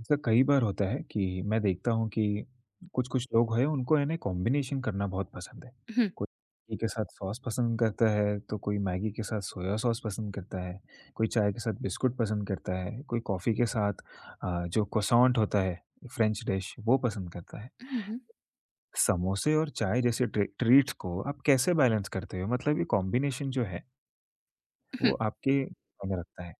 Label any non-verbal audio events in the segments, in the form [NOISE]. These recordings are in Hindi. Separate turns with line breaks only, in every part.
ऐसा कई बार होता है कि मैं देखता हूँ कि कुछ-कुछ लोग हैं उनको है ना कॉम्बिनेशन करना बहुत पसंद है।
हुँ,
कोई मैगी के साथ सॉस पसंद करता है, तो कोई मैगी के साथ सोया सॉस पसंद करता है, कोई चाय के साथ बिस्कुट पसंद करता है, कोई कॉफ़ी के साथ जो क्रोइसैंट होता है फ्रेंच डिश वो पसंद करता है।
हुँ, हुँ,
समोसे और चाय जैसे ट्रीट्स को आप कैसे बैलेंस करते हो? मतलब ये कॉम्बिनेशन जो है
हुँ।
वो आपके मायने रखता है?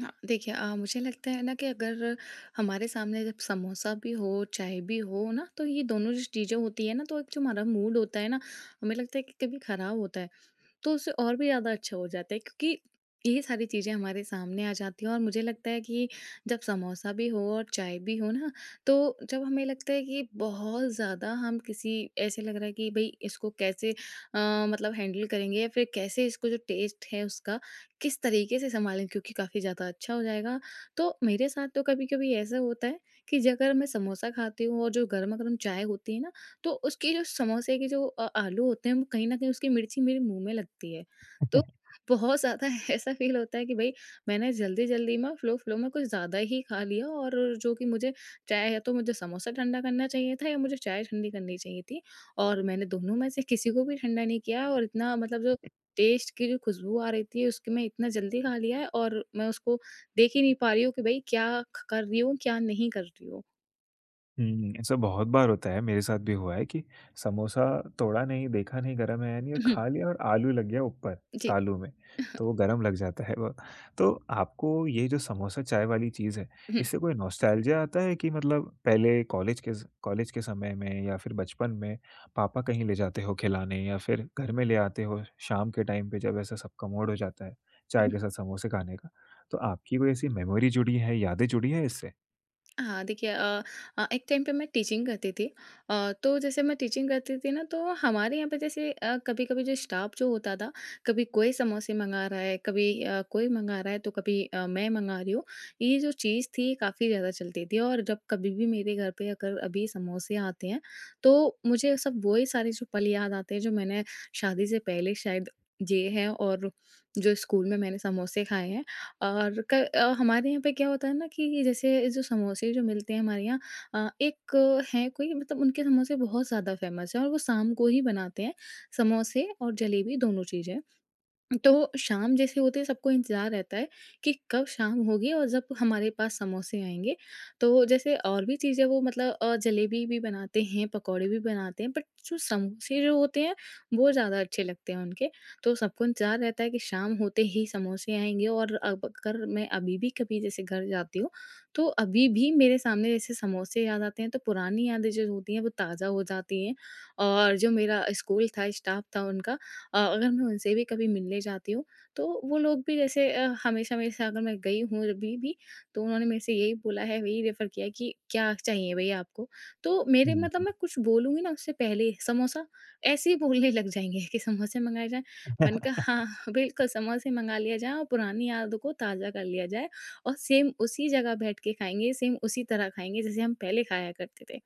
हाँ, देखिए मुझे लगता है ना कि अगर हमारे सामने जब समोसा भी हो, चाय भी हो ना, तो ये दोनों जो चीज़ें होती है ना, तो एक जो हमारा मूड होता है ना, हमें लगता है कि कभी खराब होता है। तो उससे और भी ज़्यादा अच्छा हो जाता है क्योंकि ये सारी चीज़ें हमारे सामने आ जाती हैं और मुझे लगता है कि जब समोसा भी हो और चाय भी हो ना, तो जब हमें लगता है कि बहुत ज़्यादा हम किसी ऐसे लग रहा है कि भाई इसको कैसे मतलब हैंडल करेंगे या फिर कैसे इसको जो टेस्ट है उसका किस तरीके से संभालें, क्योंकि काफ़ी ज़्यादा अच्छा हो जाएगा। तो मेरे साथ तो कभी कभी ऐसा होता है कि जब अगर मैं समोसा खाती हूँ और जो गर्मा गर्म चाय होती है ना, तो उसकी जो समोसे की जो आलू होते हैं वो कहीं न कहीं उसकी मिर्ची मेरे मुँह में लगती है। तो बहुत ज़्यादा [LAUGHS] ऐसा फ़ील होता है कि भई मैंने जल्दी-जल्दी में फ़्लो-फ़्लो में कुछ ज़्यादा ही खा लिया और जो कि मुझे चाहे या तो मुझे समोसा ठंडा करना चाहिए था या मुझे चाय ठंडी करनी चाहिए थी। और मैंने दोनों में से किसी को भी ठंडा नहीं किया और इतना मतलब जो टेस्ट की जो खुशबू आ रही थी उसकी मैं इतना जल्दी खा लिया है और मैं उसको देख ही नहीं पा रही हूँ कि भई क्या ख कर रही हूँ, क्या नहीं कर रही हूँ।
हुँ, ऐसा बहुत बार होता है, मेरे साथ भी हुआ है कि समोसा तोड़ा नहीं, देखा नहीं, गरम है या नहीं और खा
[CLEARS THROAT]
लिया और आलू लग गया ऊपर
[LAUGHS] जी।
तालू में, तो वो गरम लग जाता है वो। तो आपको ये जो समोसा चाय वाली चीज़ है, इससे कोई नॉस्टैल्जिया आता है कि मतलब पहले कॉलेज के समय में या फिर बचपन में पापा कहीं ले जाते हो खिलाने या फिर घर में ले आते हो शाम के टाइम पे जब ऐसा सबका मूड हो जाता है, चाय के
[LAUGHS]
साथ
[LAUGHS]
समोसे खाने का। तो आपकी कोई ऐसी मेमोरी जुड़ी है, यादें जुड़ी हैं इससे?
हाँ, देखिए एक टाइम पे मैं टीचिंग करती थी। तो जैसे मैं टीचिंग करती थी ना, तो हमारे यहाँ पे जैसे कभी-कभी जो स्टाफ जो होता था, कभी कोई समोसे मँगा रहा है, कभी कोई मँगा रहा है, तो कभी मैं मँगा रही हूँ। ये जो चीज़ थी काफ़ी ज़्यादा चलती थी और जब कभी भी मेरे घर पे अगर अभी समोसे आते हैं, तो मुझे सब वही सारे जो पल याद आते हैं जो मैंने शादी से पहले शायद जिए हैं और जो स्कूल में मैंने समोसे खाए हैं। और हमारे यहाँ पे क्या होता है ना कि जैसे जो समोसे जो मिलते हैं हमारे यहाँ एक है कोई, मतलब उनके समोसे बहुत ज़्यादा फ़ेमस हैं और वो शाम को ही बनाते हैं, समोसे और जलेबी दोनों चीज़ें। तो शाम जैसे होते ही सबको इंतज़ार रहता है कि कब शाम होगी और जब हमारे पास समोसे आएँगे। तो जैसे और भी चीज़ें वो मतलब जलेबी भी बनाते हैं, पकौड़े भी बनाते हैं, बट जो समोसे जो होते हैं वो ज़्यादा अच्छे लगते हैं उनके। तो सबको इंतज़ार रहता है कि शाम होते ही समोसे आएँगे और अब अगर मैं अभी भी कभी जैसे घर जाती हूँ, तो अभी भी मेरे सामने जैसे समोसे याद आते हैं, तो पुरानी यादें जो होती हैं वो ताज़ा हो जाती हैं। और जो मेरा स्कूल था, स्टाफ था उनका, अगर मैं उनसे भी कभी मिलने जाती हूँ, तो वो लोग भी जैसे हमेशा मेरे साथ, अगर मैं गई हूँ अभी भी, तो उन्होंने मेरे से यही बोला है, वही रेफ़र किया है कि क्या चाहिए भैया आपको? तो मेरे मतलब,
हुँ।
मैं कुछ बोलूँगी ना उससे पहले समोसा, ऐसे ही बोलने लग जाएँगे कि समोसे मँगाए जाएँ। मैंने कहा
[LAUGHS]
हाँ, हाँ, बिल्कुल समोसे मँगा लिया जाए और पुरानी यादों को ताज़ा कर लिया जाए, और सेम उसी जगह बैठ के खाएँगे, सेम उसी तरह खाएँगे जैसे हम पहले खाया करते थे।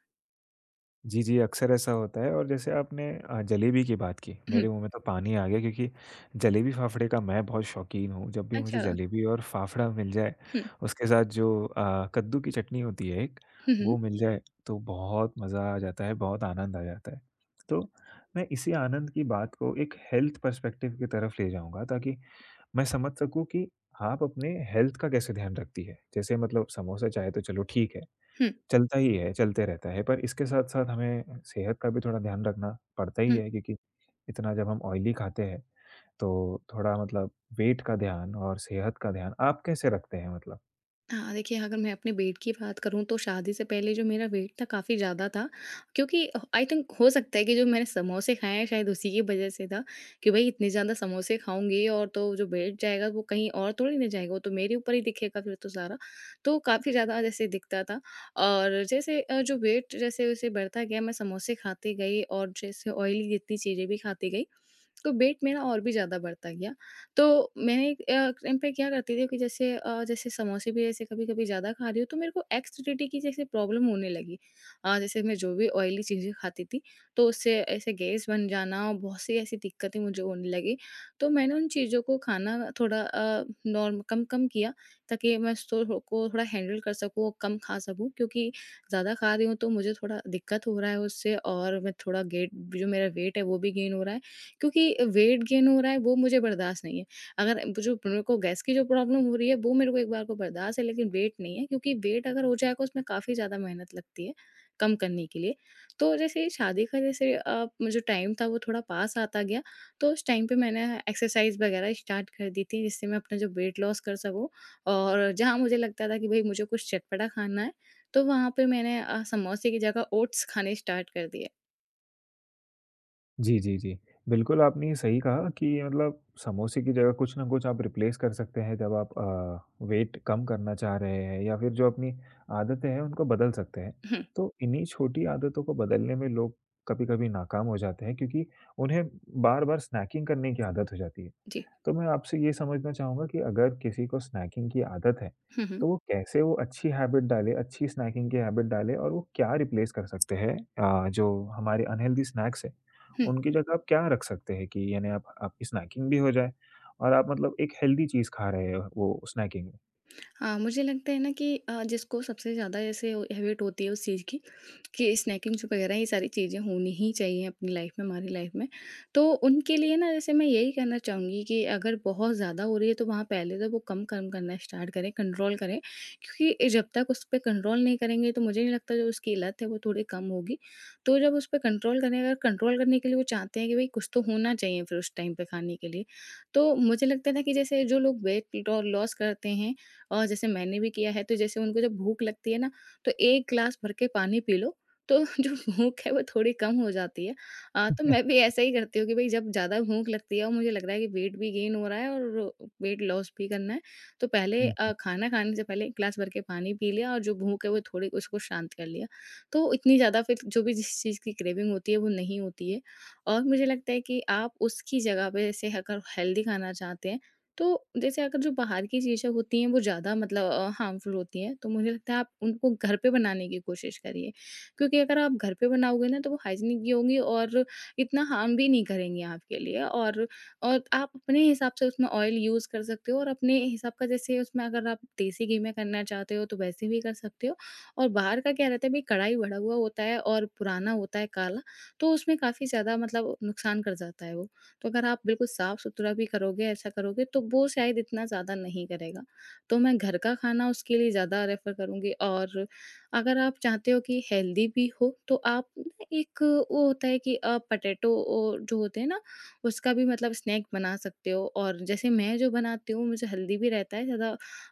जी, जी, अक्सर ऐसा होता है और जैसे आपने जलेबी की बात की, मेरे मुँह
[CLEARS THROAT]
में तो पानी आ गया क्योंकि जलेबी-फाफड़े का मैं बहुत शौकीन हूँ। जब भी
अच्छा।
मुझे जलेबी और फाफड़ा मिल जाए,
हुँ,
उसके साथ जो कद्दू की चटनी होती है एक,
हुँ, हुँ,
वो मिल जाए तो बहुत मज़ा आ जाता है, बहुत आनंद आ जाता है। तो मैं इसी आनंद की बात को एक हेल्थ पर्सपेक्टिव की तरफ ले जाऊँगा ताकि मैं समझ सकूँ कि आप अपने हेल्थ का कैसे ध्यान रखती है। जैसे मतलब समोसा चाहे तो चलो ठीक है।
हुँ,
चलता ही है, चलते रहता है, पर इसके साथ-साथ हमें सेहत का भी थोड़ा ध्यान रखना पड़ता ही
हुँ।
है क्योंकि इतना जब हम ऑयली खाते हैं, तो थोड़ा मतलब वेट का ध्यान और सेहत का ध्यान आप कैसे रखते हैं मतलब?
हाँ, देखिए, अगर मैं अपने वेट की बात करूँ, तो शादी से पहले जो मेरा वेट था काफ़ी ज़्यादा था, क्योंकि आई थिंक हो सकता है कि जो मैंने समोसे खाए हैं शायद उसी की वज़ह से था, कि भई इतने ज़्यादा समोसे खाऊँगी और तो जो वेट जाएगा वो कहीं और थोड़ी ना जाएगा, वो तो मेरे ऊपर ही दिखेगा फिर तो सारा। तो काफ़ी ज़्यादा जैसे दिखता था, और जैसे जो वेट जैसे-जैसे बढ़ता गया, मैं समोसे खाती गई और जैसे ऑयली जितनी चीज़ें भी खाती गई, तो वेट मेरा और भी ज़्यादा बढ़ता गया। तो मैंने एक टाइम पे क्या करती थी कि जैसे जैसे समोसे भी जैसे कभी-कभी ज़्यादा खा रही हूँ, तो मेरे को एसिडिटी की जैसे प्रॉब्लम होने लगी। जैसे मैं जो भी ऑयली चीज़ें खाती थी, तो उससे ऐसे गैस बन जाना और बहुत सी ऐसी दिक्कतें मुझे होने लगी। तो मैंने उन चीज़ों को खाना थोड़ा नॉर्म कम-कम किया, ताकि मैं स्टोर को थोड़ा हैंडल कर सकूँ और कम खा सकूँ, क्योंकि ज़्यादा खा रही हूँ तो मुझे थोड़ा दिक्कत हो रहा है उससे और मैं थोड़ा गेट जो मेरा वेट है वो भी गेन हो रहा है। क्योंकि वेट गेन हो रहा है वो मुझे बर्दाश्त नहीं है। अगर जो मेरे को गैस की जो प्रॉब्लम हो रही है वो मेरे को एक बार को बर्दाश्त है, लेकिन वेट नहीं है, क्योंकि वेट अगर हो जाएगा उसमें काफ़ी ज़्यादा मेहनत लगती है, कम करने के लिए। तो जैसे ये शादी का जैसे जो टाइम था वो थोड़ा पास आता गया, तो उस टाइम पे मैंने एक्सरसाइज़ वगैरह स्टार्ट कर दी थी, जिससे मैं अपना जो वेट लॉस कर सकूँ, और जहाँ मुझे लगता था कि भई मुझे कुछ चटपटा खाना है, तो वहाँ पे मैंने समोसे की जगह ओट्स खाने स्टार्ट कर दिए।
जी, जी, जी। बिल्कुल, आपने ये सही कहा कि मतलब समोसे की जगह कुछ ना कुछ आप रिप्लेस कर सकते हैं जब आप वेट कम करना चाह रहे हैं या फिर जो अपनी आदतें हैं, उनको बदल सकते हैं।
हुँ,
तो इन्हीं छोटी आदतों को बदलने में लोग कभी-कभी नाकाम हो जाते हैं क्योंकि उन्हें बार-बार स्नैकिंग करने की आदत हो जाती है।
जी।
तो मैं आपसे ये समझना चाहूँगा कि अगर किसी को स्नैकिंग की आदत है,
हुँ, हुँ।
तो वो कैसे वो अच्छी हैबिट डाले, अच्छी स्नैकिंग की हैबिट डाले और वो क्या रिप्लेस कर सकते हैं जो हमारे अनहेल्दी स्नैक्स हैं,
हुँ।
उनकी जगह आप क्या रख सकते हैं कि यानी आप आपकी स्नैकिंग भी हो जाए और आप मतलब एक हेल्दी चीज़ खा रहे हो वो स्नैकिंग
हाँ, मुझे लगता है ना कि जिसको सबसे ज़्यादा ऐसे हैबिट होती है उस चीज़ की, कि स्नैकिंग्स वगैरह ये सारी चीज़ें होनी ही चाहिए अपनी लाइफ में, हमारी लाइफ में। तो उनके लिए ना, जैसे मैं यही कहना चाहूँगी कि अगर बहुत ज़्यादा हो रही है, तो वहाँ पहले तो वो कम कम करना स्टार्ट करें, कंट्रोल करें। क्योंकि जब तक उस पे कंट्रोल नहीं करेंगे, तो मुझे नहीं लगता जो उसकी लत है वो थोड़ी कम होगी। तो जब उस पे कंट्रोल करें, अगर कंट्रोल करने के लिए वो चाहते हैं कि भई कुछ तो होना चाहिए फिर उस टाइम पे खाने के लिए। तो मुझे लगता है ना कि जैसे जो लोग वेट लॉ लॉस करते हैं, और जैसे मैंने भी किया है, तो जैसे उनको जब भूख लगती है ना, तो 1 ग्लास भर के पानी पी लो, तो [LAUGHS] जो भूख है वो थोड़ी कम हो जाती है। तो मैं भी ऐसा ही करती हूँ कि भई जब ज़्यादा भूख लगती है और मुझे लग रहा है कि वेट भी गेन हो रहा है और वेट लॉस भी करना है, तो पहले
में? [LAUGHS]
खाना खाने से पहले 1 ग्लास भर के पानी पी लिया और जो भूख है वो थोड़ी उसको शांत कर लिया। तो इतनी ज़्यादा फिर जो भी जिस चीज़ की क्रेविंग होती है वो नहीं होती है, और मुझे लगता है कि आप उसकी जगह पे जैसे अगर हेल्दी खाना चाहते हैं, तो जैसे अगर जो बाहर की चीज़ें होती हैं वो ज़्यादा मतलब हार्मफुल होती हैं, तो मुझे लगता है आप उनको घर पे बनाने की कोशिश करिए। क्योंकि अगर आप घर पे बनाओगे ना, तो वो हाइजीनिक भी होंगी और इतना हार्म भी नहीं करेंगी आपके लिए, और आप अपने हिसाब से उसमें ऑयल यूज़ कर सकते हो और अपने हिसाब का, जैसे उसमें अगर आप देसी घी में करना चाहते हो, तो वैसे भी कर सकते हो। और बाहर का क्या रहता है भई, कढ़ाई बढ़ा हुआ होता है और पुराना होता है काला, तो उसमें काफ़ी ज़्यादा मतलब नुकसान कर जाता है वो। तो अगर आप बिल्कुल साफ-सुथरा भी करोगे, ऐसा करोगे, तो वो शायद इतना ज़्यादा नहीं करेगा। तो मैं घर का खाना उसके लिए ज़्यादा रेफ़र करूँगी, और अगर आप चाहते हो कि हेल्दी भी हो, तो आप ना एक वो होता है कि पटेटो ओ जो होते हैं ना, उसका भी मतलब स्नैक बना सकते हो, और जैसे मैं जो बनाती हूँ, मुझे हेल्दी भी रहता है ज़्यादा,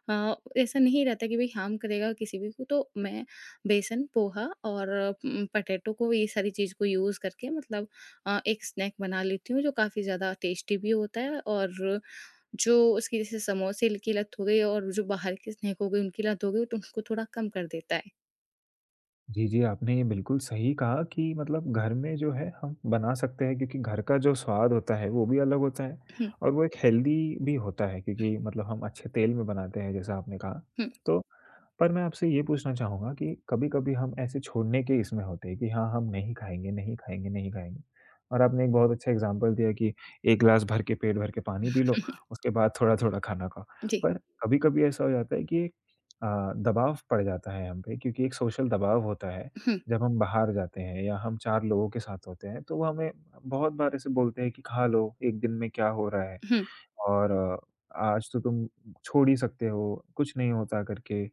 अ, ऐसा नहीं रहता कि भई हार्म करेगा किसी भी को, तो मैं बेसन, पोहा और पटेटो को, ये सारी चीज़ को यूज़ करके, मतलब एक स्नैक बना लेती हूँ, जो काफ़ी ज़्यादा टेस्टी भी होता है, और जो उसकी जैसे समोसे की लत हो गई और जो बाहर के स्नैक हो गए उनकी लत हो गई, तो उनको थोड़ा कम कर देता है।
जी, जी, आपने ये बिल्कुल सही कहा कि मतलब घर में जो है हम बना सकते हैं क्योंकि घर का जो स्वाद होता है वो भी अलग होता है
हुँ,
और वो एक हेल्दी भी होता है क्योंकि मतलब हम अच्छे तेल में बनाते हैं जैसा आपने कहा।
हुँ,
तो पर मैं आपसे ये पूछना चाहूँगा कि कभी-कभी हम ऐसे छोड़ने के इसमें होते हैं कि हाँ, हम नहीं खाएँगे, नहीं खाएँगे, नहीं खाएँगे और आपने एक बहुत अच्छा एग्ज़ाम्पल दिया कि 1 ग्लास भर के पेट भर के पानी पी लो, उसके बाद थोड़ा-थोड़ा खाना खाओ।
जी।
पर कभी-कभी ऐसा हो जाता है कि अ, दबाव पड़ जाता है हम पे क्योंकि एक सोशल दबाव होता है।
हुँ,
जब हम बाहर जाते हैं या हम 4 लोगों के साथ होते हैं तो वो हमें बहुत बार ऐसे बोलते हैं कि खा लो, एक दिन में क्या हो रहा है
हुँ।
और आज तो तुम छोड़ ही सकते हो, कुछ नहीं होता करके।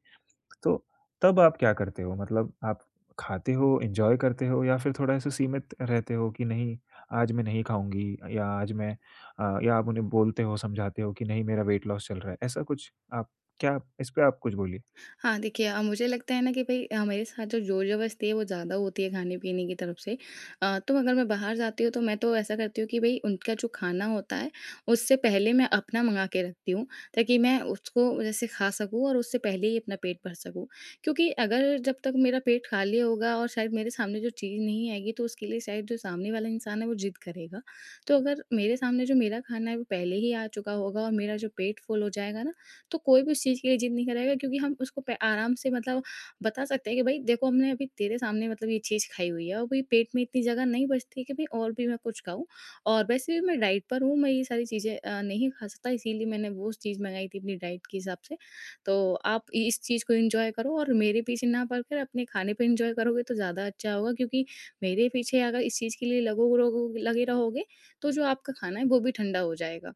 तो तब आप क्या करते हो? मतलब आप खाते हो, एन्जॉय करते हो या फिर थोड़ा-सा सीमित रहते हो कि नहीं आज मैं नहीं खाऊँगी या आज मैं या आप उन्हें बोलते हो, समझाते हो कि नहीं मेरा वेट लॉस चल रहा है, ऐसा कुछ आप क्या इस पे आप कुछ बोलिए?
हाँ, देखिए मुझे लगता है ना कि भई हमारे साथ जो ज़ोर-ज़बरदस्ती है वो ज़्यादा होती है खाने-पीने की तरफ से। तो अगर मैं बाहर जाती हूँ, तो मैं तो ऐसा करती हूँ कि भई उनका जो खाना होता है उससे पहले मैं अपना मँगा के रखती हूँ, ताकि मैं उसको जैसे खा सकूँ और उससे पहले ही अपना पेट भर सकूँ। क्योंकि अगर जब तक मेरा पेट खाली होगा और शायद मेरे सामने जो चीज़ नहीं आएगी, तो उसके लिए शायद जो सामने वाला इंसान है वो ज़िद करेगा। तो अगर मेरे सामने जो मेरा खाना है वो पहले ही आ चुका होगा और मेरा जो पेट फुल हो जाएगा ना, तो कोई भी उस चीज़ के लिए ज़िद नहीं करेगा। क्योंकि हम उसको पे आराम से मतलब बता सकते हैं कि भाई देखो, हमने अभी तेरे सामने मतलब ये चीज़ खाई हुई है और भाई पेट में इतनी जगह नहीं बचती कि भाई और भी मैं कुछ खाऊँ। और वैसे भी मैं डाइट पर हूँ, मैं ये सारी चीज़ें नहीं खा सकता, इसीलिए मैंने वो चीज़ मंगाई थी अपनी डाइट के हिसाब से। तो आप इस चीज़ को इंजॉय करो और मेरे पीछे ना पड़कर अपने खाने पे इंजॉय करोगे तो ज़्यादा अच्छा होगा। क्योंकि मेरे पीछे अगर इस चीज़ के लिए लगो लगो- लगे रहोगे तो जो आपका खाना है वो भी ठंडा हो जाएगा।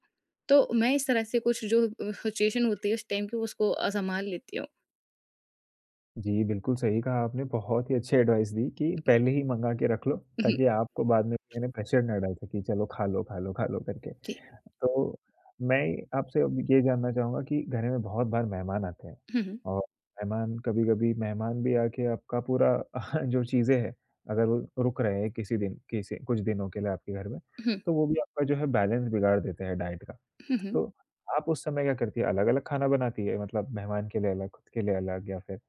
तो मैं इस तरह से कुछ जो सिचुएशन होती है उस टाइम की उसको सँभाल लेती हूँ।
जी, बिल्कुल सही कहा आपने, बहुत ही अच्छी एडवाइस दी कि पहले ही मँगा के रख लो,
[LAUGHS] हुँ, हुँ,
ताकि आपको बाद में कहने प्रेशर ना डाल सके, कि चलो खा लो, खा लो, खा लो करके।
जी।
तो मैं आपसे अब ये जानना चाहूँगा कि घर में बहुत बार मेहमान आते हैं
हुँ, हुँ।
और मेहमान कभी-कभी मेहमान भी आके आपका पूरा [LAUGHS] जो चीज़ें हैं, अगर वो रुक रहे हैं किसी दिन किसी कुछ दिनों के लिए आपके घर में,
हुँ,
तो वो भी आपका जो है बैलेंस बिगाड़ देते हैं डाइट का।
हुँ, हुँ,
तो आप उस समय क्या करती है, अलग-अलग खाना बनाती है? मतलब मेहमान के लिए अलग, खुद के लिए अलग या फिर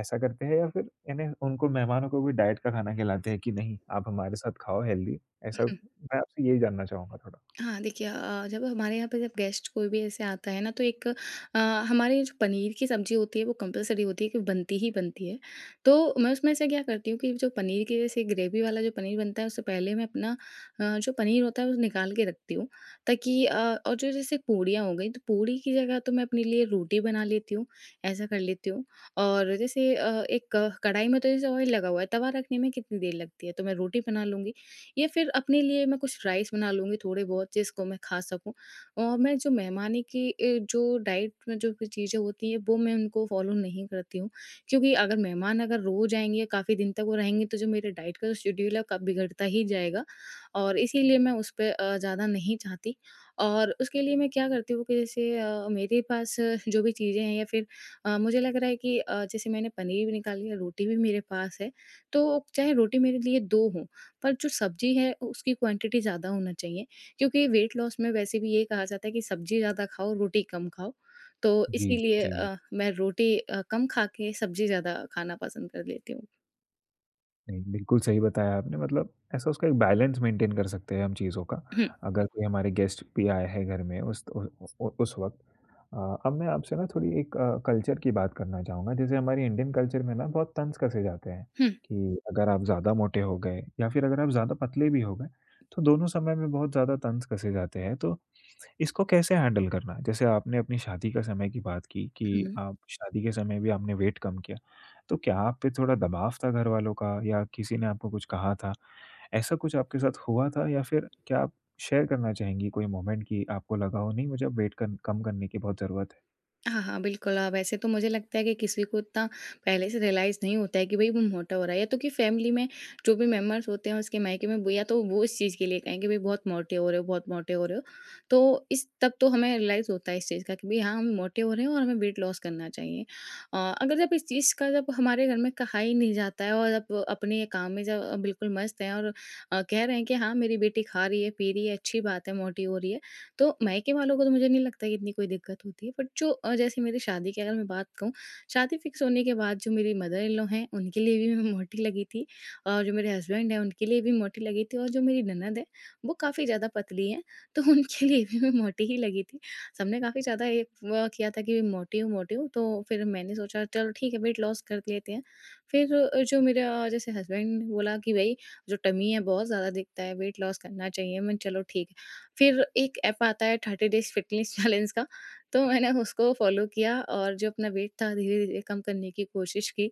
ऐसा करते हैं या फिर यानी उनको मेहमानों को भी डाइट का खाना खिलाते हैं कि नहीं, आप हमारे साथ खाओ हेल्दी, ऐसा
हुँ।
मैं आपसे यही जानना चाहूँगा थोड़ा?
हाँ, देखिए, जब हमारे यहाँ पे जब गेस्ट कोई भी ऐसे आता है ना तो एक अ, हमारे जो पनीर की सब्ज़ी होती है वो कंपल्सरी होती है कि बनती ही बनती है। तो मैं उसमें से क्या करती हूँ कि जो पनीर की जैसे ग्रेवी वाला जो पनीर बनता है उससे पहले मैं अपना जो पनीर होता है वो निकाल के रखती हूँ ताकि और जो जैसे पूड़ियाँ हो गई तो पूड़ी की जगह तो मैं अपने लिए रोटी बना लेती हूँ, ऐसा कर लेती हूँ। और जैसे एक कढ़ाई में तो जैसे ऑयल लगा हुआ है, तवा रखने में कितनी देर लगती है तो मैं रोटी बना लूँगी। या फिर अपने लिए मैं कुछ राइस बना लूँगी थोड़े बहुत जिसको मैं खा सकूँ। और मैं जो मेहमानी की जो डाइट में जो भी चीज़ें होती हैं वो मैं उनको फॉलो नहीं करती हूँ। क्योंकि अगर मेहमान अगर रोज़ आएँगे या काफ़ी दिन तक वो रहेंगे तो जो मेरे डाइट का जो शेड्यूल है क बिगड़ता ही जाएगा और इसीलिए मैं उस पे ज़्यादा नहीं चाहती। और उसके लिए मैं क्या करती हूँ कि जैसे मेरे पास जो भी चीज़ें हैं या फिर मुझे लग रहा है कि जैसे मैंने पनीर भी निकाल लिया, रोटी भी मेरे पास है। तो चाहे रोटी मेरे लिए 2 हों, पर जो सब्ज़ी है उसकी क्वांटिटी ज़्यादा होना चाहिए, क्योंकि वेट लॉस में वैसे भी ये कहा जाता है कि सब्ज़ी ज़्यादा खाओ, रोटी कम खाओ। तो
जी,
इसीलिए
जी, जी।
मैं रोटी कम खा के सब्ज़ी ज़्यादा खाना पसंद कर लेती हूँ।
नहीं, बिल्कुल सही बताया आपने मतलब ऐसा उसका एक बैलेंस मेंटेन कर सकते हैं हम चीज़ों का,
हुँ,
अगर कोई हमारे गेस्ट भी आए हैं घर में उस उ उ उस वक़्त। अब मैं आपसे ना थोड़ी एक कल्चर की बात करना चाहूँगा जैसे हमारे इंडियन कल्चर में ना बहुत तंज़ कसे जाते हैं,
हुँ,
कि अगर आप ज़्यादा मोटे हो गए या फिर अगर आप ज़्यादा पतले भी हो गए, तो दोनों समय में बहुत ज़्यादा तंज़ कसे जाते हैं तो इसको कैसे हैंडल करना है? जैसे आपने अपनी शादी का समय की बात की कि
हुँ।
आप शादी के समय भी आपने वेट कम किया। तो क्या आप पे थोड़ा दबाव था घर वालों का या किसी ने आपको कुछ कहा था? ऐसा कुछ आपके साथ हुआ था या फिर क्या आप शेयर करना चाहेंगी कोई मोमेंट कि आपको लगा हो नहीं मुझे अब वेट कन कम करने की बहुत ज़रूरत है?
हाँ, हाँ, बिल्कुल। वैसे तो मुझे लगता है कि किसी को इतना पहले से रियलाइज़ नहीं होता है कि भई वो मोटा हो रहा है, या तो कि फैमिली में जो भी मेंबर्स होते हैं उसके मायके में वो या तो वो इस चीज़ के लिए कहें कि भई बहुत मोटे हो रहे हो, बहुत मोटे हो रहे हो। तो इस तब तो हमें रियलाइज़ होता है इस चीज़ का कि भई हाँ, हम मोटे हो रहे हैं और हमें वेट लॉस करना चाहिए। अ, अगर जब इस चीज़ का जब हमारे घर में कहा ही नहीं जाता है और अब अपने काम में जब बिल्कुल मस्त हैं और कह रहे हैं कि हाँ, मेरी बेटी खा रही है, पी रही है, अच्छी बात है, मोटी हो रही है। तो मायके वालों को तो मुझे नहीं लगता कि इतनी कोई दिक्कत होती है, बट जो जैसे मेरी शादी की अगर मैं बात कहूँ, शादी फिक्स होने के बाद जो मेरी मदर इन लॉ हैं उनके लिए भी मैं मोटी लगी थी और जो मेरे हस्बैंड हैं उनके लिए भी मोटी लगी थी और जो मेरी ननद है वो काफ़ी ज़्यादा पतली है तो [LAUGHS] उनके लिए भी मैं मोटी ही लगी थी। सबने काफ़ी ज़्यादा एक वो किया था कि मोटी हूँ मोटी हूँ, तो फिर मैंने सोचा चलो ठीक है वेट लॉस कर लेते हैं। फिर जो मेरा जैसे हस्बैंड ने बोला कि भाई जो टमी है बहुत ज़्यादा दिखता है वेट लॉस करना चाहिए, मैं चलो ठीक है। फिर एक ऐप आता है 30 डेज़ फिटनेस चैलेंज का, तो मैंने उसको फ़ॉलो किया और जो अपना वेट था धीरे-धीरे कम करने की कोशिश की।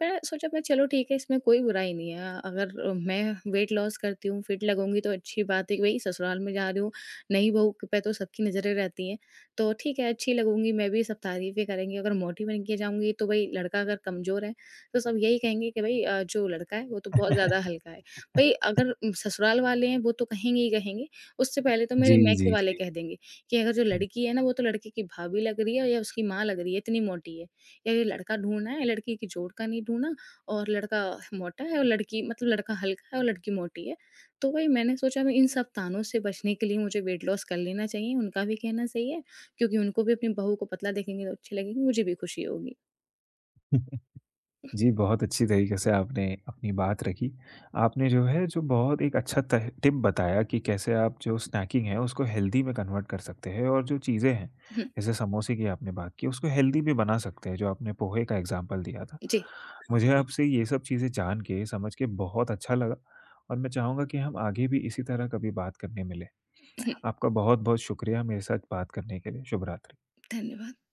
पर सोचा मैं चलो ठीक है इसमें कोई बुराई नहीं है, अगर मैं वेट लॉस करती हूँ, फिट लगूँगी तो अच्छी बात है कि भई ससुराल में जा रही हूँ, नई बहू के पे तो सबकी नज़रें रहती हैं। तो ठीक है अच्छी लगूँगी मैं भी, सब तारीफ़ें करेंगे, अगर मोटी बन के जाऊँगी तो भई लड़का अगर कमज़ोर है, तो सब यही कहेंगे कि भई जो लड़का है वो तो बहुत ज़्यादा हल्का है। भई अगर ससुराल वाले हैं वो तो कहेंगे ही कहेंगे, उससे पहले तो
जी,
मेरे मायके
जी,
वाले
जी।
कह देंगे कि अगर जो लड़की है ना, वो तो लड़के की भाभी लग रही है या उसकी माँ लग रही है, इतनी मोटी है। या ये लड़का ढूँढना है, लड़की की जोड़ का नहीं ढूँढा, और लड़का मोटा है और लड़की मतलब लड़का हल्का है और लड़की मोटी है। तो वही मैंने सोचा मैं इन सब तानों से बचने के लिए मुझे वेट लॉस कर लेना चाहिए, उनका भी कहना सही है क्योंकि उनको भी अपनी बहू को पतला देखेंगे तो अच्छी लगेगी, मुझे भी खुशी होगी।
हुँ। जी, बहुत अच्छी तरीके से आपने अपनी बात रखी। आपने जो है जो बहुत एक अच्छा तह टिप बताया कि कैसे आप जो स्नैकिंग है उसको हेल्दी में कन्वर्ट कर सकते हैं और जो चीज़ें हैं,
हुँ,
जैसे समोसे की आपने बात की उसको हेल्दी भी बना सकते हैं, जो आपने पोहे का एग्ज़ाम्पल दिया था।
जी।
मुझे आपसे ये सब चीज़ें जान के, समझ के बहुत अच्छा लगा और मैं चाहूँगा कि हम आगे भी इसी तरह कभी बात करने मिलें।
हुँ,
आपका बहुत-बहुत शुक्रिया मेरे साथ बात करने के लिए। शुभ रात्रि।
धन्यवाद।